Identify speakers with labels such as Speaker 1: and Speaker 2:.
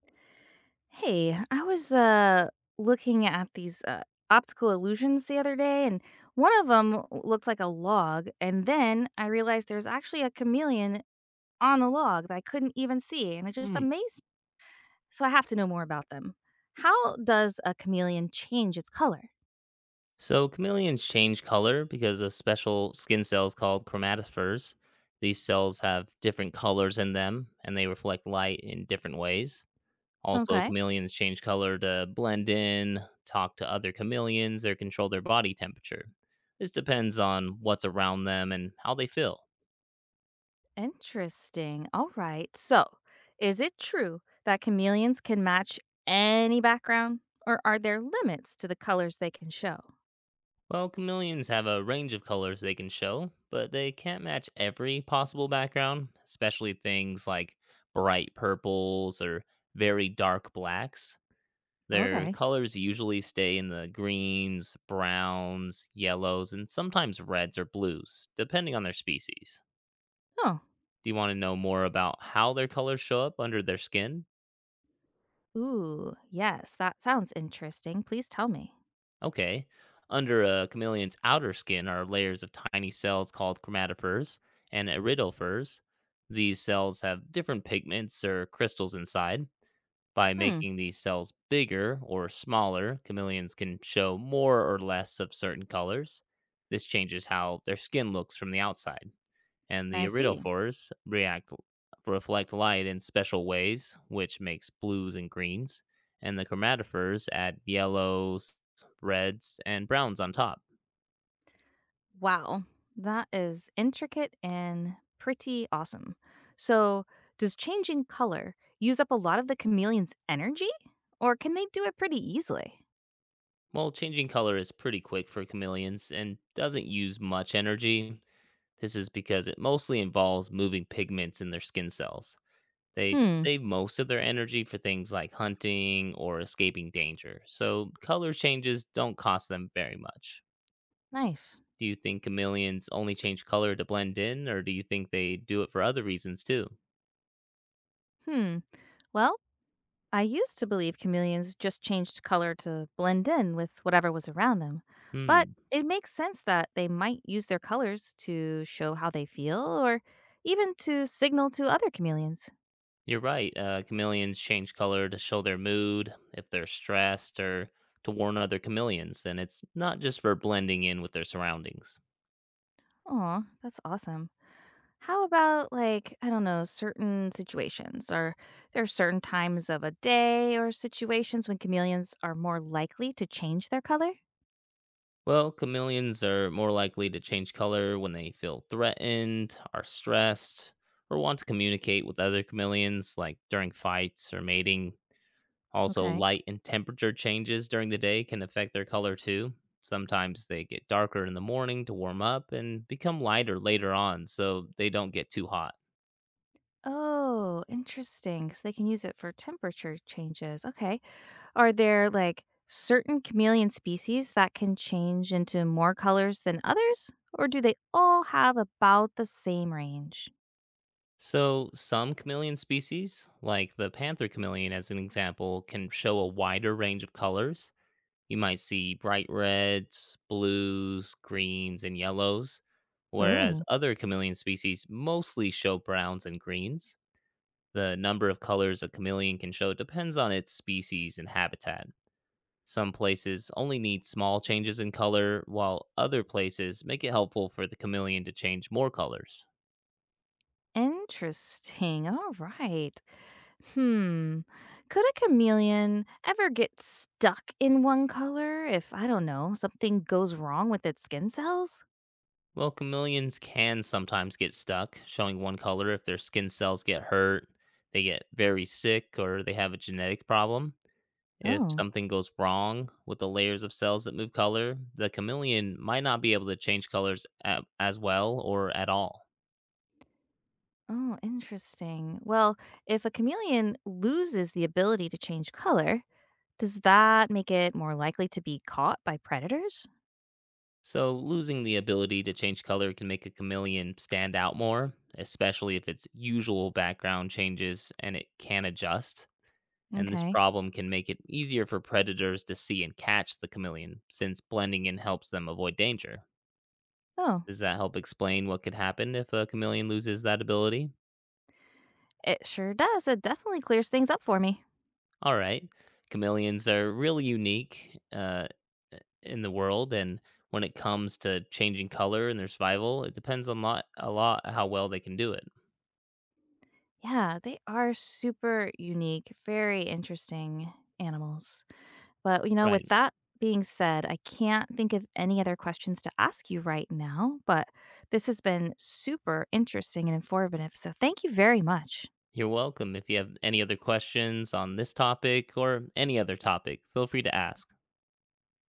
Speaker 1: Hey, I was looking at these optical illusions the other day, and one of them looked like a log. And then I realized there's actually a chameleon on the log that I couldn't even see, and it just
Speaker 2: Hmm.
Speaker 1: amazed. So I have to know more about them. How does a chameleon change its color?
Speaker 2: So chameleons change color because of special skin cells called chromatophores. These cells have different colors in them and they reflect light in different ways. Also,
Speaker 1: Okay,
Speaker 2: chameleons change color to blend in, talk to other chameleons, or control their body temperature. This depends on what's around them and how they feel.
Speaker 1: interesting. All right. So, is it true that chameleons can match any background, or are there limits to the colors they can show?
Speaker 2: Well, chameleons have a range of colors they can show, but they can't match every possible background, especially things like bright purples or very dark blacks. Their
Speaker 1: Okay.
Speaker 2: colors usually stay in the greens, browns, yellows, and sometimes reds or blues, depending on their species.
Speaker 1: Oh.
Speaker 2: Do you want to know more about how their colors show up under their skin?
Speaker 1: Ooh, yes, that sounds interesting. Please tell me.
Speaker 2: Okay. Under a chameleon's outer skin are layers of tiny cells called chromatophores and iridophores. These cells have different pigments or crystals inside. By
Speaker 1: Hmm,
Speaker 2: making these cells bigger or smaller, chameleons can show more or less of certain colors. This changes how their skin looks from the outside and the
Speaker 1: I see.
Speaker 2: iridophores react reflect light in special ways, which makes blues and greens, and the chromatophores add yellows, reds, and browns on top.
Speaker 1: Wow, that is intricate and pretty awesome. So, does changing color use up a lot of the chameleon's energy, or can they do it pretty easily?
Speaker 2: While changing color is pretty quick for chameleons and doesn't use much energy, this is because it mostly involves moving pigments in their skin cells. They
Speaker 1: Hmm,
Speaker 2: save most of their energy for things like hunting or escaping danger, so color changes don't cost them very much.
Speaker 1: nice.
Speaker 2: Do you think chameleons only change color to blend in, or do you think they do it for other reasons too?
Speaker 1: Hmm, well, I used to believe chameleons just changed color to blend in with whatever was around them, but
Speaker 2: Hmm,
Speaker 1: it makes sense that they might use their colors to show how they feel or even to signal to other chameleons.
Speaker 2: you're right. Chameleons change color to show their mood, if they're stressed, or to warn other chameleons, and it's not just for blending in with their surroundings.
Speaker 1: Aw, that's awesome. How about, like, I don't know, certain situations? Or there are certain times of a day or situations when chameleons are more likely to change their color?
Speaker 2: Well, chameleons are more likely to change color when they feel threatened, are stressed, or want to communicate with other chameleons, like during fights or mating. Also,
Speaker 1: Okay.
Speaker 2: light and temperature changes during the day can affect their color too. Sometimes they get darker in the morning to warm up and become lighter later on so they don't get too hot.
Speaker 1: Oh, interesting. So they can use it for temperature changes. Okay. Are there, like, certain chameleon species that can change into more colors than others, or do they all have about the same range?
Speaker 2: So, some chameleon species, like the panther chameleon as an example, can show a wider range of colors. You might see bright reds, blues, greens, and yellows, whereas
Speaker 1: Oh,
Speaker 2: other chameleon species mostly show browns and greens. The number of colors a chameleon can show depends on its species and habitat. Some places only need small changes in color, while other places make it helpful for the chameleon to change more colors.
Speaker 1: interesting. All right. Hmm. Could a chameleon ever get stuck in one color if, I don't know, something goes wrong with its skin cells?
Speaker 2: Well, chameleons can sometimes get stuck showing one color if their skin cells get hurt, they get very sick, or they have a genetic problem. If
Speaker 1: Oh.
Speaker 2: something goes wrong with the layers of cells that move color, the chameleon might not be able to change colors as well or at all.
Speaker 1: Oh, interesting. Well, if a chameleon loses the ability to change color, does that make it more likely to be caught by predators?
Speaker 2: So, losing the ability to change color can make a chameleon stand out more, especially if its usual background changes and it can adjust. And this
Speaker 1: Okay.
Speaker 2: problem can make it easier for predators to see and catch the chameleon, since blending in helps them avoid danger.
Speaker 1: Oh,
Speaker 2: Does that help explain what could happen if a chameleon loses that ability?
Speaker 1: it sure does. It definitely clears things up for me.
Speaker 2: All right. Chameleons are really unique in the world, and when it comes to changing color and their survival, it depends on a lot how well they can do it.
Speaker 1: Yeah, they are super unique, very interesting animals. But, you know, with
Speaker 2: Right.
Speaker 1: that being said, I can't think of any other questions to ask you right now, but this has been super interesting and informative. So thank you very much.
Speaker 2: You're welcome. If you have any other questions on this topic or any other topic, feel free to ask.